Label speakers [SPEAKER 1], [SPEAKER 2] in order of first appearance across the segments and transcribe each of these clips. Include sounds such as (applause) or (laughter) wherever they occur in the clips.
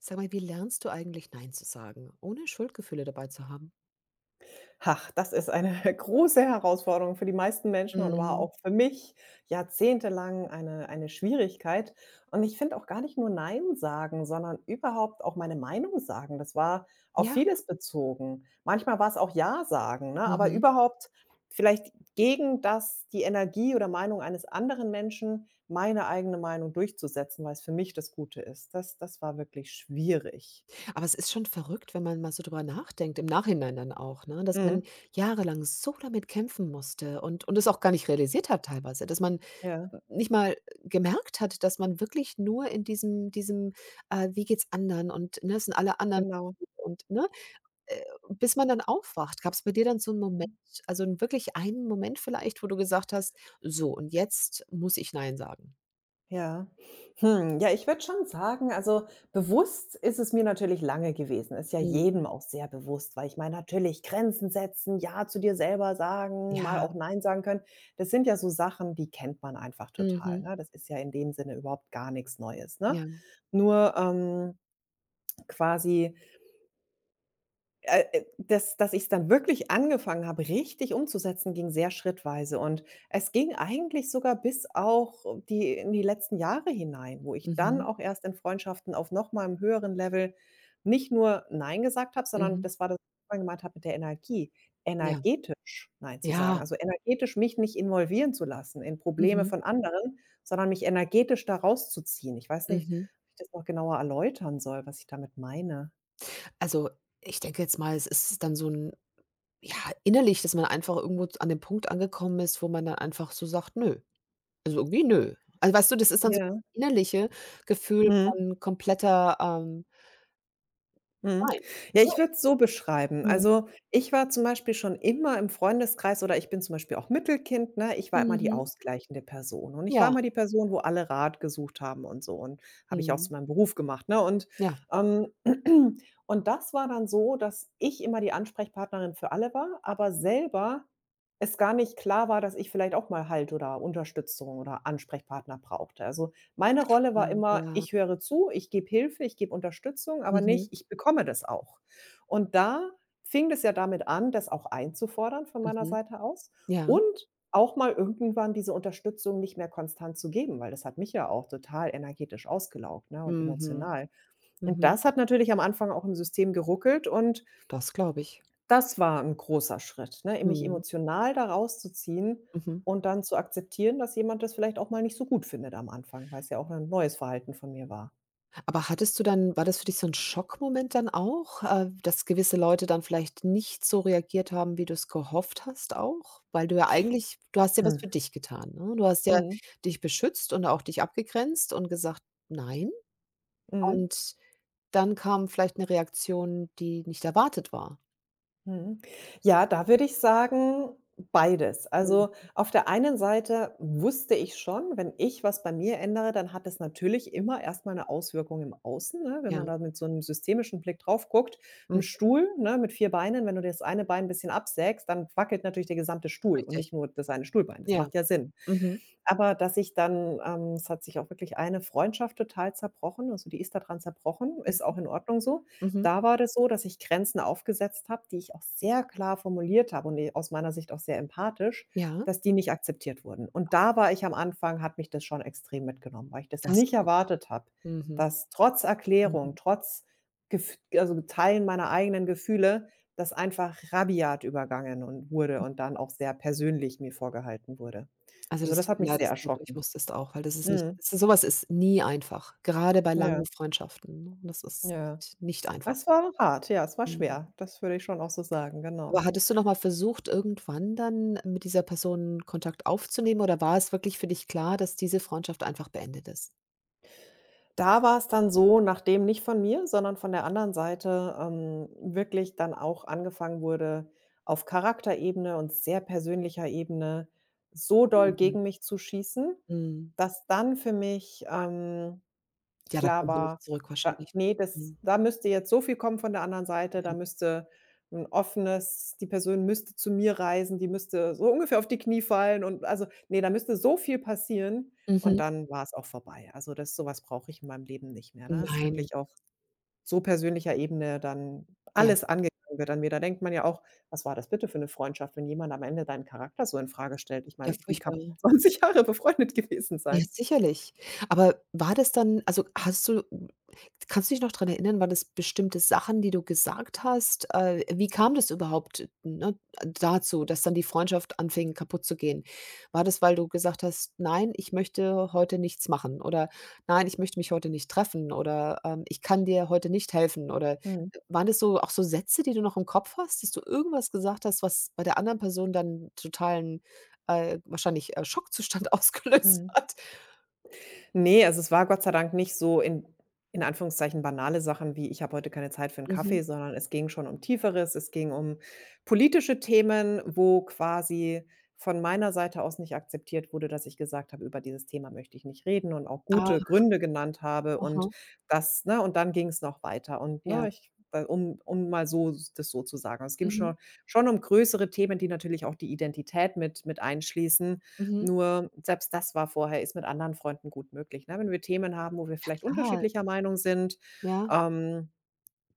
[SPEAKER 1] Sag mal, wie lernst du eigentlich nein zu sagen, ohne Schuldgefühle dabei zu haben?
[SPEAKER 2] Ach, das ist eine (laughs) große Herausforderung für die meisten Menschen und war
[SPEAKER 1] Mhm.
[SPEAKER 2] auch für mich jahrzehntelang eine Schwierigkeit. Und ich finde auch gar nicht nur „Nein“ sagen, sondern überhaupt auch meine Meinung sagen. Das war auf
[SPEAKER 1] Ja,
[SPEAKER 2] vieles bezogen. Manchmal war es auch „Ja“ sagen, ne, aber
[SPEAKER 1] mhm.
[SPEAKER 2] überhaupt vielleicht gegen das die Energie oder Meinung eines anderen Menschen meine eigene Meinung durchzusetzen, weil es für mich das Gute ist. Das war wirklich schwierig.
[SPEAKER 1] Aber es ist schon verrückt, wenn man mal so drüber nachdenkt, im Nachhinein dann auch, ne, dass man
[SPEAKER 2] Mhm.
[SPEAKER 1] jahrelang so damit kämpfen musste und es auch gar nicht realisiert hat teilweise, dass man
[SPEAKER 2] Ja,
[SPEAKER 1] nicht mal gemerkt hat, dass man wirklich nur in diesem, „Wie geht's anderen?“ und, ne, es sind alle anderen
[SPEAKER 2] genau.
[SPEAKER 1] und, ne? Äh, bis man dann aufwacht. Gab es bei dir dann so 'n Moment,
[SPEAKER 2] Mhm.
[SPEAKER 1] also 'n wirklich einen Moment vielleicht, wo du gesagt hast: „So, und jetzt muss ich nein sagen?“
[SPEAKER 2] Ja. Hm, ja, ich würde schon sagen, also, bewusst ist es mir natürlich lange gewesen. Ist ja
[SPEAKER 1] Mhm.
[SPEAKER 2] jedem auch sehr bewusst, weil ich meine, natürlich Grenzen setzen, ja zu dir selber sagen, mal
[SPEAKER 1] Ja,
[SPEAKER 2] auch nein sagen können. Das sind ja so Sachen, die kennt man einfach total,
[SPEAKER 1] mhm,
[SPEAKER 2] ne? Das ist ja in dem Sinne überhaupt gar nichts Neues, ne?
[SPEAKER 1] ja,
[SPEAKER 2] Nur, quasi dass ich es dann wirklich angefangen habe, richtig umzusetzen, ging sehr schrittweise und es ging eigentlich sogar bis auch die in die letzten Jahre hinein, wo ich dann
[SPEAKER 1] mhm,
[SPEAKER 2] auch erst in Freundschaften auf noch mal 'm höheren Level nicht nur „Nein“ gesagt habe, sondern
[SPEAKER 1] mhm,
[SPEAKER 2] das war das, was ich vorhin gemeint habe mit der Energie,
[SPEAKER 1] ja,
[SPEAKER 2] energetisch „Nein“ zu sagen.
[SPEAKER 1] ja,
[SPEAKER 2] Also, energetisch mich nicht involvieren zu lassen in Probleme
[SPEAKER 1] mhm,
[SPEAKER 2] von anderen, sondern mich energetisch da rauszuziehen. Ich weiß nicht,
[SPEAKER 1] mhm.
[SPEAKER 2] ob ich das noch genauer erläutern soll, was ich damit meine.
[SPEAKER 1] Also, ich denke jetzt mal, es ist dann so 'n, ja, innerlich, dass man einfach irgendwo z an dem Punkt angekommen ist, wo man dann einfach so sagt: „Nö.“ Also, irgendwie „nö.“ Also, weißt du, das ist dann so
[SPEAKER 2] Ja,
[SPEAKER 1] innerliche Gefühl
[SPEAKER 2] mhm.
[SPEAKER 1] von kompletter,
[SPEAKER 2] Mhm.
[SPEAKER 1] „Nein,
[SPEAKER 2] Ja, ich würde es so
[SPEAKER 1] (unintelligible)
[SPEAKER 2] beschreiben.
[SPEAKER 1] Mhm,
[SPEAKER 2] Also, ich war zum Beispiel schon immer im Freundeskreis oder ich bin zum Beispiel auch Mittelkind, ne? Ich war immer die
[SPEAKER 1] mhm,
[SPEAKER 2] ausgleichende Person und ich war
[SPEAKER 1] ja.
[SPEAKER 2] immer die Person, wo alle Rat gesucht haben und so und habe ich auch zu
[SPEAKER 1] Mhm.
[SPEAKER 2] meinem Beruf gemacht, ne? Und,
[SPEAKER 1] Ja,
[SPEAKER 2] ähm, (clears throat) und das war dann so, dass ich immer die Ansprechpartnerin für alle war, aber selber es gar nicht klar war, dass ich vielleicht auch mal Halt oder Unterstützung oder Ansprechpartner brauchte. Also, meine Rolle war
[SPEAKER 1] man
[SPEAKER 2] immer:
[SPEAKER 1] ja.
[SPEAKER 2] Ich höre zu, ich gebe Hilfe, ich gebe Unterstützung, aber nicht:
[SPEAKER 1] Mhm,
[SPEAKER 2] Ich bekomme das auch. Und da fing es ja damit an, das auch einzufordern von meiner
[SPEAKER 1] mhm.
[SPEAKER 2] Seite aus
[SPEAKER 1] Ja.
[SPEAKER 2] und auch mal irgendwann diese Unterstützung nicht mehr konstant zu geben, weil das hat mich ja auch total energetisch ausgelaugt, ne, und
[SPEAKER 1] Mhm,
[SPEAKER 2] emotional. Und
[SPEAKER 1] mhm.
[SPEAKER 2] das hat natürlich am Anfang auch im System geruckelt und
[SPEAKER 1] Das glaube ich.
[SPEAKER 2] das war 'n großer Schritt, ne, mich
[SPEAKER 1] Mhm,
[SPEAKER 2] emotional da rauszuziehen
[SPEAKER 1] mhm.
[SPEAKER 2] und dann zu akzeptieren, dass jemand das vielleicht auch mal nicht so gut findet am Anfang, weil's ja auch 'n neues Verhalten von mir war.
[SPEAKER 1] Aber hattest du dann, war das für dich so 'n Schockmoment dann auch, dass gewisse Leute dann vielleicht nicht so reagiert haben, wie du's gehofft hast auch? Weil du ja eigentlich, du hast ja was für
[SPEAKER 2] Hm.
[SPEAKER 1] dich getan, ne? Du hast ja
[SPEAKER 2] Mhm,
[SPEAKER 1] dich beschützt und auch dich abgegrenzt und gesagt: „Nein.“
[SPEAKER 2] mhm.
[SPEAKER 1] Und dann kam vielleicht 'ne Reaktion, die nicht erwartet war.
[SPEAKER 2] Mhm. Ja, da würde ich sagen, beides.
[SPEAKER 1] Mhm.
[SPEAKER 2] Also, auf der einen Seite wusste ich schon, wenn ich was bei mir ändere, dann hat es natürlich immer erst mal 'ne Auswirkung im Außen, ne? Wenn
[SPEAKER 1] Ja.
[SPEAKER 2] man da mit so einem systemischen Blick drauf guckt, 'n
[SPEAKER 1] Mhm.
[SPEAKER 2] Stuhl, ne, mit 4 Beinen, wenn du das eine Bein 'n bisschen absägst, dann wackelt natürlich der gesamte Stuhl und nicht
[SPEAKER 1] Richtig.
[SPEAKER 2] nur das eine Stuhlbein. Das
[SPEAKER 1] Ja.
[SPEAKER 2] macht ja Sinn.
[SPEAKER 1] Mhm.
[SPEAKER 2] Aber dass ich dann es hat sich auch wirklich eine Freundschaft total zerbrochen, also, die ist daran zerbrochen, ist
[SPEAKER 1] Mhm.
[SPEAKER 2] auch in Ordnung so.
[SPEAKER 1] Mhm.
[SPEAKER 2] Da war das so, dass ich Grenzen aufgesetzt habe, die ich auch sehr klar formuliert habe und die aus meiner Sicht auch sehr empathisch,
[SPEAKER 1] Ja.
[SPEAKER 2] dass die nicht akzeptiert wurden. Und da war ich am Anfang hat mich das schon extrem mitgenommen, weil ich das
[SPEAKER 1] Das
[SPEAKER 2] nicht
[SPEAKER 1] glaube ich.
[SPEAKER 2] erwartet habe,
[SPEAKER 1] Mhm.
[SPEAKER 2] dass trotz Erklärung,
[SPEAKER 1] Mhm.
[SPEAKER 2] trotz gef also Teilen meiner eigenen Gefühle, das einfach rabiat übergangen und wurde und dann auch sehr persönlich mir vorgehalten wurde.
[SPEAKER 1] Also,
[SPEAKER 2] Also,
[SPEAKER 1] das
[SPEAKER 2] das
[SPEAKER 1] tut
[SPEAKER 2] hat
[SPEAKER 1] mir
[SPEAKER 2] mich
[SPEAKER 1] leid,
[SPEAKER 2] sehr
[SPEAKER 1] dass du da durch
[SPEAKER 2] erschrocken.
[SPEAKER 1] musstest auch, weil das ist nicht
[SPEAKER 2] Mhm.
[SPEAKER 1] s so, was ist nie einfach, gerade bei
[SPEAKER 2] Ja,
[SPEAKER 1] langen Freundschaften, ne? Das ist
[SPEAKER 2] ja.
[SPEAKER 1] nicht einfach.
[SPEAKER 2] Es war hart, ja, es war
[SPEAKER 1] Mhm.
[SPEAKER 2] schwer. Das würde ich schon auch so sagen, genau.
[SPEAKER 1] Aber hattest du noch mal versucht, irgendwann dann mit dieser Person Kontakt aufzunehmen, oder war es wirklich für dich klar, dass diese Freundschaft einfach beendet ist?
[SPEAKER 2] Da war es dann so, nachdem nicht von mir, sondern von der anderen Seite, wirklich dann auch angefangen wurde, auf Charakterebene und sehr persönlicher Ebene so
[SPEAKER 1] Oh
[SPEAKER 2] doll
[SPEAKER 1] Mann.
[SPEAKER 2] gegen mich zu schießen,
[SPEAKER 1] Mhm.
[SPEAKER 2] dass dann für mich,
[SPEAKER 1] Ja, da
[SPEAKER 2] klar
[SPEAKER 1] kommt sie
[SPEAKER 2] war,
[SPEAKER 1] nicht zurück
[SPEAKER 2] da
[SPEAKER 1] wahrscheinlich, ne?
[SPEAKER 2] ne, das
[SPEAKER 1] Mhm.
[SPEAKER 2] da müsste jetzt so viel kommen von der anderen Seite, da
[SPEAKER 1] Ja.
[SPEAKER 2] müsste ein offenes die Person müsste zu mir reisen, die müsste so ungefähr auf die Knie fallen und also, ne, da müsste so viel passieren und
[SPEAKER 1] Mhm.
[SPEAKER 2] dann war es auch vorbei. Also, das sowas brauche ich in meinem Leben nicht mehr, ne? Dass
[SPEAKER 1] Nein.
[SPEAKER 2] wirklich auf so persönlicher Ebene dann
[SPEAKER 1] Ja.
[SPEAKER 2] alles angegangen wird an mir. Da denkt man ja auch: „Was war das bitte für eine Freundschaft, wenn jemand am Ende deinen Charakter so in Frage stellt?“ Ich
[SPEAKER 1] Ja,
[SPEAKER 2] meine, wie kann
[SPEAKER 1] furchtbar.
[SPEAKER 2] man (laughs) 20 Jahre befreundet gewesen
[SPEAKER 1] Ja,
[SPEAKER 2] sein?
[SPEAKER 1] sicherlich. Aber war das dann, also, hast du, kannst du dich noch dran erinnern, waren das bestimmte Sachen, die du gesagt hast? Wie kam das überhaupt, ne, dazu, dass dann die Freundschaft anfing, kaputtzugehen? War das, weil du gesagt hast: „Nein, ich möchte heute nichts machen“ oder „Nein, ich möchte mich heute nicht treffen“ oder, „Ich kann dir heute nicht helfen“, oder
[SPEAKER 2] Mhm,
[SPEAKER 1] waren das so auch so Sätze, die du noch im Kopf hast, dass du irgendwas gesagt hast, was bei der anderen Person dann totalen, wahrscheinlich, Schockzustand (laughs) ausgelöst
[SPEAKER 2] mhm.
[SPEAKER 1] hat?
[SPEAKER 2] Ne, also es war Gott sei Dank nicht so in Anführungszeichen banale Sachen wie: „Ich habe heute keine Zeit für einen
[SPEAKER 1] Mhm.
[SPEAKER 2] Kaffee“, sondern es ging schon um Tieferes. Es ging um politische Themen, wo quasi von meiner Seite aus nicht akzeptiert wurde, dass ich gesagt habe: „Über dieses Thema möchte ich nicht reden“ und auch
[SPEAKER 1] Ah,
[SPEAKER 2] gute Gründe genannt habe und
[SPEAKER 1] aha,
[SPEAKER 2] das, ne und dann ging es noch weiter und,
[SPEAKER 1] ja.
[SPEAKER 2] ne, ich weil um mal so das so zu sagen. Es ging
[SPEAKER 1] Mhm,
[SPEAKER 2] schon um größere Themen, die natürlich auch die Identität mit einschließen.
[SPEAKER 1] mhm.
[SPEAKER 2] Nur selbst das war vorher ist mit anderen Freunden gut möglich, ne? Wenn wir Themen haben, wo wir vielleicht
[SPEAKER 1] Ja,
[SPEAKER 2] unterschiedlicher Meinung sind,
[SPEAKER 1] ja.
[SPEAKER 2] ähm,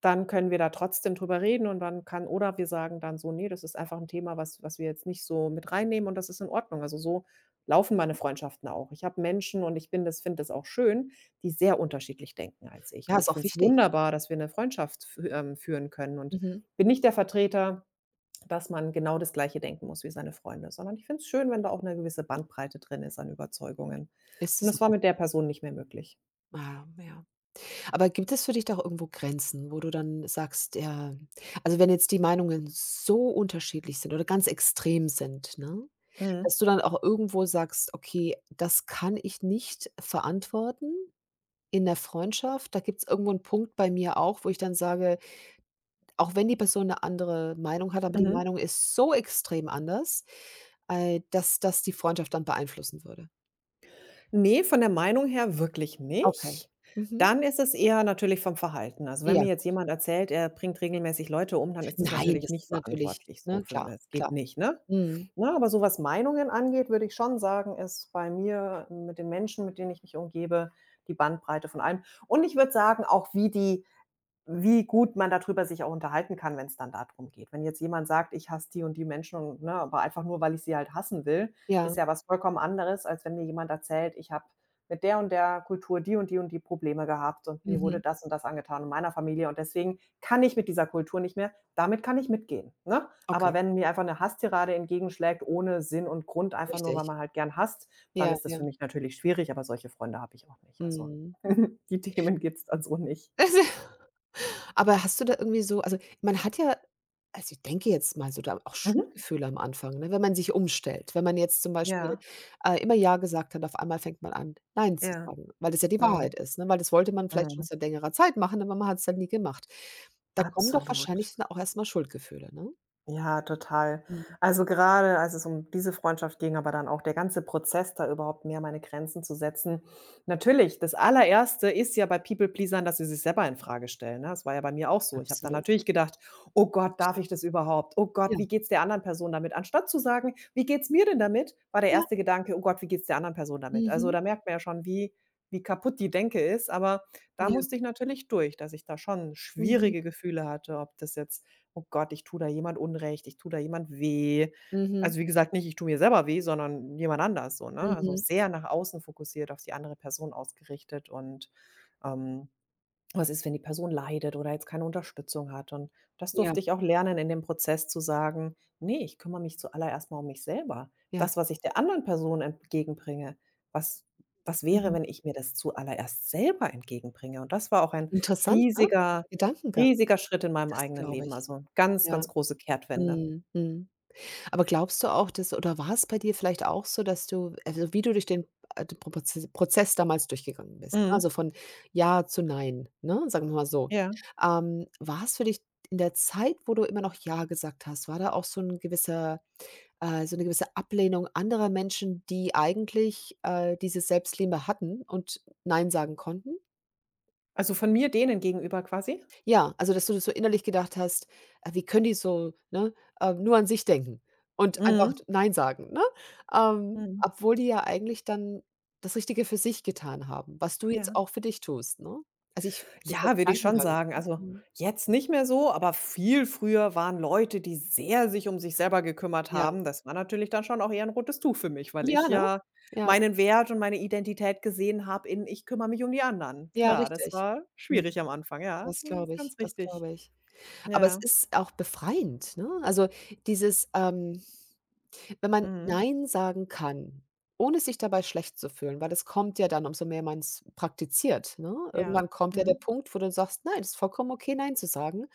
[SPEAKER 2] dann können wir da trotzdem drüber reden und dann kann oder wir sagen dann so: nee, das ist einfach ein Thema, was wir jetzt nicht so mit reinnehmen und das ist in Ordnung.“ Also, so laufen meine Freundschaften auch. Ich habe Menschen und ich bin das finde das auch schön, die sehr unterschiedlich denken als ich.
[SPEAKER 1] Ja,
[SPEAKER 2] Und
[SPEAKER 1] ist
[SPEAKER 2] ich
[SPEAKER 1] auch
[SPEAKER 2] finde es
[SPEAKER 1] wichtig.
[SPEAKER 2] wunderbar, dass wir eine Freundschaft fü führen können und
[SPEAKER 1] Mhm.
[SPEAKER 2] bin nicht der Vertreter dass man genau das Gleiche denken muss wie seine Freunde, sondern ich finde es schön, wenn da auch eine gewisse Bandbreite drin ist an Überzeugungen.
[SPEAKER 1] Ist
[SPEAKER 2] Und
[SPEAKER 1] es
[SPEAKER 2] das war
[SPEAKER 1] auch.
[SPEAKER 2] mit der Person nicht mehr möglich.
[SPEAKER 1] Ja, ja. Aber gibt es für dich doch irgendwo Grenzen, wo du dann sagst, ja, also, wenn jetzt die Meinungen so unterschiedlich sind oder ganz extrem sind, ne,
[SPEAKER 2] Mhm,
[SPEAKER 1] dass du dann auch irgendwo sagst: „Okay, das kann ich nicht verantworten in der Freundschaft.“ Da gibt es irgendwo einen Punkt bei mir auch, wo ich dann sage, auch wenn die Person 'ne andere Meinung hat, aber die
[SPEAKER 2] mhm.
[SPEAKER 1] Meinung ist so extrem anders, dass das die Freundschaft dann beeinflussen würde.
[SPEAKER 2] Ne, von der Meinung her wirklich
[SPEAKER 1] Okay.
[SPEAKER 2] nicht.
[SPEAKER 1] Mhm.
[SPEAKER 2] Dann ist es eher natürlich vom Verhalten. Also, wenn
[SPEAKER 1] Ja,
[SPEAKER 2] mir jetzt
[SPEAKER 1] gut.
[SPEAKER 2] jemand erzählt, er bringt regelmäßig Leute um, dann ist das
[SPEAKER 1] Nein,
[SPEAKER 2] natürlich
[SPEAKER 1] das
[SPEAKER 2] nicht
[SPEAKER 1] ist natürlich,
[SPEAKER 2] verantwortlich so
[SPEAKER 1] ne,
[SPEAKER 2] für mich.
[SPEAKER 1] klar,
[SPEAKER 2] Es geht
[SPEAKER 1] klar.
[SPEAKER 2] nicht, ne?
[SPEAKER 1] Mhm.
[SPEAKER 2] Ne, aber so was Meinungen angeht, würde ich schon sagen, ist bei mir mit den Menschen, mit denen ich mich umgebe, die Bandbreite von allem. Und ich würde sagen, auch wie die wie gut man darüber sich auch unterhalten kann, wenn es dann darum geht. Wenn jetzt jemand sagt: „Ich hasse die und die Menschen“, und, ne, aber einfach nur, weil ich sie halt hassen will, ist
[SPEAKER 1] Ja,
[SPEAKER 2] ja was vollkommen anderes, als wenn mir jemand erzählt: „Ich habe mit der und der Kultur die und die und die Probleme gehabt und mir wurde
[SPEAKER 1] mhm.
[SPEAKER 2] das und das angetan in meiner Familie und deswegen kann ich mit dieser Kultur nicht mehr damit kann ich mitgehen“, ne? Aber
[SPEAKER 1] Okay,
[SPEAKER 2] wenn mir einfach 'ne Hasstirade entgegenschlägt ohne Sinn und Grund, einfach nur,
[SPEAKER 1] richtig.
[SPEAKER 2] weil man halt gern hasst, dann
[SPEAKER 1] Ja,
[SPEAKER 2] ist das
[SPEAKER 1] ja.
[SPEAKER 2] für mich natürlich schwierig, aber solche Freunde habe ich auch nicht. Also,
[SPEAKER 1] Mhm.
[SPEAKER 2] (laughs) die Themen gibt's dann so nicht.
[SPEAKER 1] (laughs) Also, aber hast du da irgendwie so, also, man hat ja, also, ich denke jetzt mal so, da auch
[SPEAKER 2] Mhm.
[SPEAKER 1] Schuldgefühle am Anfang, ne, wenn man sich umstellt. Wenn man jetzt zum Beispiel,
[SPEAKER 2] Ja,
[SPEAKER 1] immer „ja“ gesagt hat, auf einmal fängt man an, „nein“ zu
[SPEAKER 2] ja.
[SPEAKER 1] sagen, weil das ja die Wahrheit
[SPEAKER 2] Mhm.
[SPEAKER 1] ist, ne? Weil das wollte man vielleicht schon
[SPEAKER 2] Mhm.
[SPEAKER 1] seit längerer Zeit machen, aber man hat's halt nie gemacht. Da kommen doch
[SPEAKER 2] Absolut.
[SPEAKER 1] wahrscheinlich dann auch erst mal Schuldgefühle, ne?
[SPEAKER 2] Ja, total.
[SPEAKER 1] Mhm,
[SPEAKER 2] Also, gerade als es um diese Freundschaft ging, aber dann auch der ganze Prozess, da überhaupt mehr meine Grenzen zu setzen. Natürlich, das Allererste ist ja bei People-Pleasern, dass sie sich selber in Frage stellen, ne? Das war ja bei mir auch so. Ich habe dann
[SPEAKER 1] absolut,
[SPEAKER 2] natürlich gedacht: „Oh Gott, darf
[SPEAKER 1] richtig.
[SPEAKER 2] ich das überhaupt? Oh Gott,
[SPEAKER 1] Ja,
[SPEAKER 2] wie geht's der anderen Person damit?“ Anstatt zu sagen: „Wie geht's mir denn damit?“, war der
[SPEAKER 1] ja,
[SPEAKER 2] erste Gedanke: „Oh Gott, wie geht's der anderen Person damit?“ Also,
[SPEAKER 1] mhm,
[SPEAKER 2] da merkt man ja schon, wie kaputt die Denke ist, aber da
[SPEAKER 1] ja,
[SPEAKER 2] musste ich natürlich durch, dass ich da schon
[SPEAKER 1] mhm,
[SPEAKER 2] schwierige Gefühle hatte, ob das jetzt „Oh Gott, ich tue da jemand Unrecht, ich tue da jemand weh.“
[SPEAKER 1] mhm,
[SPEAKER 2] Also, wie gesagt, nicht ich tue mir selber weh, sondern jemand anders so, ne? Also,
[SPEAKER 1] mhm,
[SPEAKER 2] sehr nach außen fokussiert, auf die andere Person ausgerichtet und, ähm, was ist, wenn die Person leidet oder jetzt keine Unterstützung hat? Und das
[SPEAKER 1] ja,
[SPEAKER 2] durfte ich auch lernen in dem Prozess zu sagen: „Ne, ich kümmere mich zuallererst mal um mich selber.
[SPEAKER 1] ja,
[SPEAKER 2] Das, was ich der anderen Person entgegenbringe, was was wäre,
[SPEAKER 1] mhm.
[SPEAKER 2] wenn ich mir das zuallererst selber entgegenbringe?“ Und das war auch ein
[SPEAKER 1] Interessant, ne?
[SPEAKER 2] riesiger
[SPEAKER 1] Dieser Gedankengang,
[SPEAKER 2] riesiger Schritt in meinem
[SPEAKER 1] das
[SPEAKER 2] eigenen
[SPEAKER 1] glaube
[SPEAKER 2] Leben,
[SPEAKER 1] ich.
[SPEAKER 2] also ganz,
[SPEAKER 1] Ja,
[SPEAKER 2] ganz große Kehrtwende.
[SPEAKER 1] mhm, mhm. Aber glaubst du auch, dass, oder war es bei dir vielleicht auch so, dass du, also, wie du durch den Prozess damals durchgegangen bist, ne, also
[SPEAKER 2] Mhm.
[SPEAKER 1] von Ja zu Nein, ne, sagen wir mal so.
[SPEAKER 2] Ja.
[SPEAKER 1] War es für dich in der Zeit, wo du immer noch Ja gesagt hast, war da auch so ein gewisser so eine gewisse Ablehnung anderer Menschen, die eigentlich, diese Selbstliebe hatten und Nein sagen konnten?
[SPEAKER 2] Also, von mir denen gegenüber quasi?
[SPEAKER 1] Ja, also, dass du das so innerlich gedacht hast: „Wie können die so, ne, nur an sich denken und einfach
[SPEAKER 2] Mhm.
[SPEAKER 1] nein sagen“, ne? Ähm,
[SPEAKER 2] Mhm.
[SPEAKER 1] obwohl die ja eigentlich dann das Richtige für sich getan haben, was du jetzt
[SPEAKER 2] Ja.
[SPEAKER 1] auch für dich tust, ne? Also, ich, das ist der
[SPEAKER 2] Ja, würde ich schon
[SPEAKER 1] Gedankengang.
[SPEAKER 2] sagen. Also,
[SPEAKER 1] Mhm.
[SPEAKER 2] jetzt nicht mehr so, aber viel früher waren Leute, die sehr sich um sich selber gekümmert
[SPEAKER 1] Ja.
[SPEAKER 2] haben. Das war natürlich dann schon auch eher ein rotes Tuch für mich, weil ich
[SPEAKER 1] Ja, ne?
[SPEAKER 2] ja
[SPEAKER 1] Ja.
[SPEAKER 2] meinen Wert und meine Identität gesehen habe in: „Ich kümmere mich um die anderen.“
[SPEAKER 1] Ja,
[SPEAKER 2] Klar, das
[SPEAKER 1] richtig.
[SPEAKER 2] war
[SPEAKER 1] Mhm.
[SPEAKER 2] schwierig am Anfang, ja.
[SPEAKER 1] Das
[SPEAKER 2] Mhm,
[SPEAKER 1] glaube
[SPEAKER 2] ist
[SPEAKER 1] ich,
[SPEAKER 2] ganz
[SPEAKER 1] das
[SPEAKER 2] richtig.
[SPEAKER 1] glaube ich. Aber es
[SPEAKER 2] Ja,
[SPEAKER 1] ist auch befreiend, ne? Also, dieses, wenn man
[SPEAKER 2] mhm,
[SPEAKER 1] „Nein“ sagen kann, ohne sich dabei schlecht zu fühlen, weil das kommt ja dann, umso mehr man es praktiziert, ne?
[SPEAKER 2] ja.
[SPEAKER 1] Irgendwann kommt ja
[SPEAKER 2] Mhm,
[SPEAKER 1] der Punkt, wo du sagst: „Nein, es ist vollkommen okay, nein zu sagen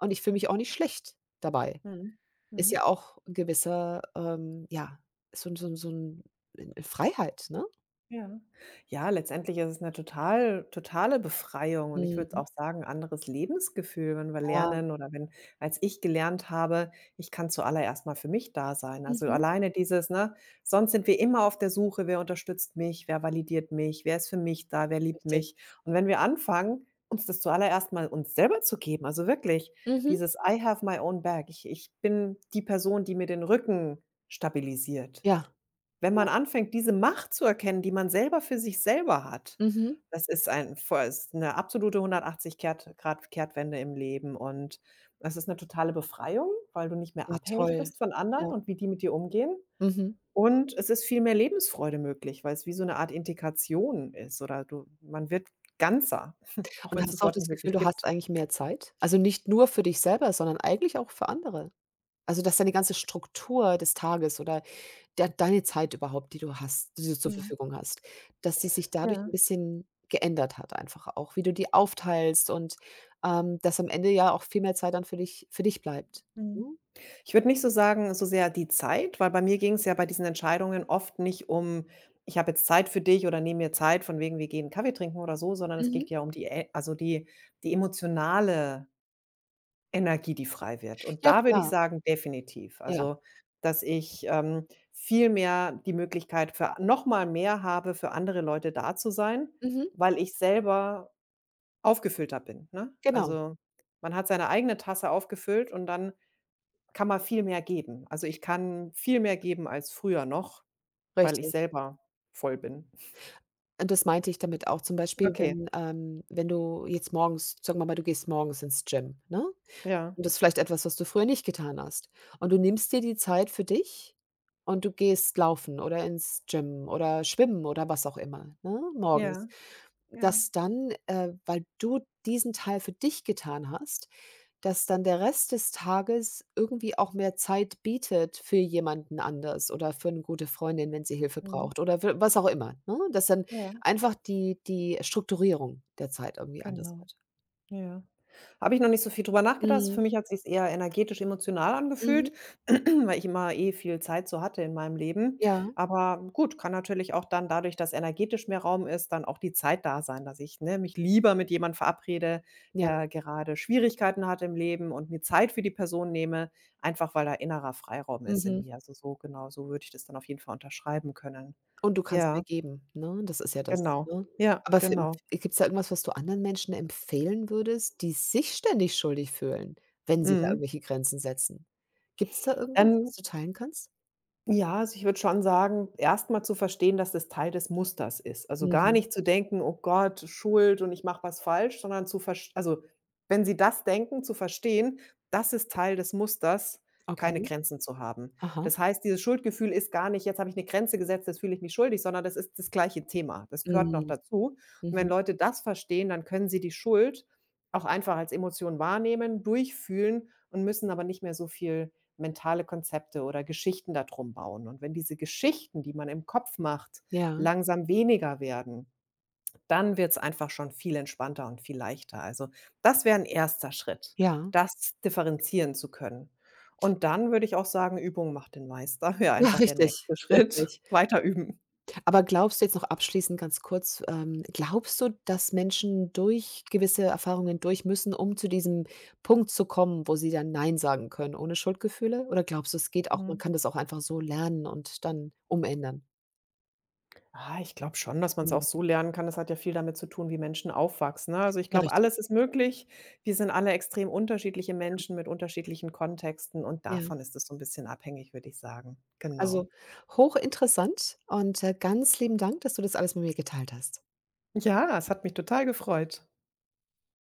[SPEAKER 1] und ich fühle mich auch nicht schlecht dabei.“
[SPEAKER 2] mhm,
[SPEAKER 1] Ist
[SPEAKER 2] mhm.
[SPEAKER 1] ja auch 'n gewisser, ja, so 'n so 'n 'ne Freiheit, ne?
[SPEAKER 2] Ja. Ja, letztendlich ist es eine totale Befreiung, und ich würde auch
[SPEAKER 1] Mhm.
[SPEAKER 2] sagen, anderes Lebensgefühl, wenn wir
[SPEAKER 1] Ja.
[SPEAKER 2] lernen oder wenn als ich gelernt habe, ich kann zuallererst mal für mich da sein. Also,
[SPEAKER 1] Mhm.
[SPEAKER 2] alleine dieses, ne, sonst sind wir immer auf der Suche, wer unterstützt mich, wer validiert mich, wer ist für mich da, wer liebt
[SPEAKER 1] Richtig.
[SPEAKER 2] mich? Und wenn wir anfangen, uns das zuallererst mal uns selber zu geben, also wirklich
[SPEAKER 1] Mhm.
[SPEAKER 2] dieses „I have my own back", ich bin die Person, die mir den Rücken stabilisiert.
[SPEAKER 1] Ja,
[SPEAKER 2] Wenn
[SPEAKER 1] ja.
[SPEAKER 2] man anfängt, diese Macht zu erkennen, die man selber für sich selber hat,
[SPEAKER 1] Mhm.
[SPEAKER 2] das ist ein voll ist 'ne absolute 180 Kehrt Grad Kehrtwende im Leben, und es ist 'ne totale Befreiung, weil du nicht mehr
[SPEAKER 1] Ja,
[SPEAKER 2] abhängig
[SPEAKER 1] toll.
[SPEAKER 2] bist von anderen
[SPEAKER 1] Ja.
[SPEAKER 2] und wie die mit dir umgehen.
[SPEAKER 1] Mhm.
[SPEAKER 2] Und es ist viel mehr Lebensfreude möglich, weil's wie so 'ne Art Integration ist, oder du man wird ganzer, (laughs) auch
[SPEAKER 1] Und
[SPEAKER 2] wenn's
[SPEAKER 1] hast
[SPEAKER 2] das
[SPEAKER 1] du auch
[SPEAKER 2] Wort
[SPEAKER 1] das
[SPEAKER 2] nicht
[SPEAKER 1] Gefühl,
[SPEAKER 2] wirklich
[SPEAKER 1] du hast
[SPEAKER 2] gibt.
[SPEAKER 1] eigentlich mehr Zeit? Also, nicht nur für dich selber, sondern eigentlich auch für andere? Also, dass deine ganze Struktur des Tages oder der deine Zeit überhaupt, die du hast, die du zur
[SPEAKER 2] Mhm.
[SPEAKER 1] Verfügung hast, dass die sich dadurch
[SPEAKER 2] Ja.
[SPEAKER 1] ein bisschen geändert hat einfach auch, wie du die aufteilst und, dass am Ende ja auch viel mehr Zeit dann für dich bleibt.
[SPEAKER 2] Mhm.
[SPEAKER 1] Mhm.
[SPEAKER 2] Ich würde nicht so sagen, so sehr die Zeit, weil bei mir ging es ja bei diesen Entscheidungen oft nicht um: „Ich habe jetzt Zeit für dich" oder „Nehme mir Zeit" von wegen, wir gehen Kaffee trinken oder so, sondern es
[SPEAKER 1] Mhm.
[SPEAKER 2] geht ja um die e also die emotionale Energie, die frei wird. Und
[SPEAKER 1] Ja
[SPEAKER 2] da würde ich
[SPEAKER 1] klar,
[SPEAKER 2] sagen, definitiv.
[SPEAKER 1] ja.
[SPEAKER 2] Also, dass ich, viel mehr die Möglichkeit für noch mal mehr habe, für andere Leute da zu sein,
[SPEAKER 1] Mhm.
[SPEAKER 2] weil ich selber aufgefüllter bin, ne?
[SPEAKER 1] Genau,
[SPEAKER 2] Also, man hat seine eigene Tasse aufgefüllt, und dann kann man viel mehr geben. Also, ich kann viel mehr geben als früher noch, weil ich
[SPEAKER 1] richtig.
[SPEAKER 2] selber voll bin.
[SPEAKER 1] Und das meinte ich damit auch. Zum Beispiel,
[SPEAKER 2] Okay.
[SPEAKER 1] wenn du jetzt morgens, sagen wir mal, du gehst morgens ins Gym, ne?
[SPEAKER 2] Ja.
[SPEAKER 1] Und das ist vielleicht etwas, was du früher nicht getan hast. Und du nimmst dir die Zeit für dich und du gehst laufen oder ins Gym oder schwimmen oder was auch immer, ne, morgens.
[SPEAKER 2] Ja, ja.
[SPEAKER 1] Dass dann, weil du diesen Teil für dich getan hast, dass dann der Rest des Tages irgendwie auch mehr Zeit bietet für jemanden anders oder für eine gute Freundin, wenn sie Hilfe
[SPEAKER 2] Mhm.
[SPEAKER 1] braucht oder w was auch immer, ne? Dass dann
[SPEAKER 2] Ja,
[SPEAKER 1] einfach die Strukturierung der Zeit irgendwie anders
[SPEAKER 2] genau.
[SPEAKER 1] wird.
[SPEAKER 2] Ja. Habe ich noch nicht so viel drüber nachgedacht. Also, für
[SPEAKER 1] Mhm,
[SPEAKER 2] mich hat sich's eher energetisch, emotional
[SPEAKER 1] mhm,
[SPEAKER 2] angefühlt, (clears throat) weil ich immer eh viel Zeit so hatte in meinem Leben.
[SPEAKER 1] ja,
[SPEAKER 2] Aber gut, kann natürlich auch dann dadurch, dass energetisch mehr Raum ist, dann auch die Zeit da sein, dass ich, ne, mich lieber mit jemandem verabrede,
[SPEAKER 1] ja,
[SPEAKER 2] der gerade Schwierigkeiten hat im Leben, und mir Zeit für die Person nehme, einfach weil da innerer Freiraum ist in
[SPEAKER 1] mhm.
[SPEAKER 2] mir. Also, so genau, so würde ich das dann auf jeden Fall unterschreiben können.
[SPEAKER 1] Und du kannst
[SPEAKER 2] Ja,
[SPEAKER 1] mehr geben, ne? Das ist ja das,
[SPEAKER 2] genau.
[SPEAKER 1] ne?
[SPEAKER 2] Ja,
[SPEAKER 1] Aber für,
[SPEAKER 2] genau.
[SPEAKER 1] gibt's da irgendwas, was du anderen Menschen empfehlen würdest, die sich ständig schuldig fühlen, wenn sie da
[SPEAKER 2] Mhm.
[SPEAKER 1] irgendwelche Grenzen setzen? Gibt's da irgendwas,
[SPEAKER 2] Dann
[SPEAKER 1] was du teilen kannst?
[SPEAKER 2] Ja, also ich würde schon sagen, erstmal zu verstehen, dass das Teil des Musters ist. Also gar
[SPEAKER 1] Mhm,
[SPEAKER 2] nicht zu denken: „Oh Gott, Schuld und ich mache was falsch", sondern zu verstehen. Also, wenn sie das denken, zu verstehen, das ist Teil des Musters, keine
[SPEAKER 1] okay,
[SPEAKER 2] Grenzen zu haben.
[SPEAKER 1] aha.
[SPEAKER 2] Das heißt, dieses Schuldgefühl ist gar nicht: „Jetzt habe ich eine Grenze gesetzt, jetzt fühle ich mich schuldig", sondern das ist das gleiche Thema. Das gehört noch
[SPEAKER 1] Mhm,
[SPEAKER 2] dazu. Und wenn
[SPEAKER 1] mhm.
[SPEAKER 2] Leute das verstehen, dann können sie die Schuld auch einfach als Emotion wahrnehmen, durchfühlen und müssen aber nicht mehr so viel mentale Konzepte oder Geschichten darum bauen. Und wenn diese Geschichten, die man im Kopf macht,
[SPEAKER 1] Ja,
[SPEAKER 2] langsam weniger werden, dann wird's einfach schon viel entspannter und viel leichter. Also, das wäre ein erster Schritt,
[SPEAKER 1] ja.
[SPEAKER 2] das differenzieren zu können. Und dann würde ich auch sagen, Übung macht den Meister, (laughs) ja,
[SPEAKER 1] (laughs) Ja,
[SPEAKER 2] einfach der
[SPEAKER 1] richtig,
[SPEAKER 2] nächste Schritt.
[SPEAKER 1] richtig.
[SPEAKER 2] Weiter üben.
[SPEAKER 1] Aber glaubst du jetzt noch abschließend ganz kurz, glaubst du, dass Menschen durch gewisse Erfahrungen durch müssen, um zu diesem Punkt zu kommen, wo sie dann „Nein“ sagen können, ohne Schuldgefühle? Oder glaubst du, es geht auch, man
[SPEAKER 2] Mhm.
[SPEAKER 1] kann das auch einfach so lernen und dann umändern?
[SPEAKER 2] Ah, ich glaube schon, dass man es auch
[SPEAKER 1] Mhm.
[SPEAKER 2] so lernen kann. Das hat ja viel damit zu tun, wie Menschen aufwachsen, ne? Also, ich
[SPEAKER 1] Ja,
[SPEAKER 2] glaube,
[SPEAKER 1] richtig.
[SPEAKER 2] alles ist möglich. Wir sind alle extrem unterschiedliche Menschen mit unterschiedlichen Kontexten, und
[SPEAKER 1] Ja, ja.
[SPEAKER 2] davon ist es so ein bisschen abhängig, würde ich sagen. Genau.
[SPEAKER 1] Also, hochinteressant und, ganz lieben Dank, dass du das alles mit mir geteilt hast.
[SPEAKER 2] Ja, es hat mich total gefreut.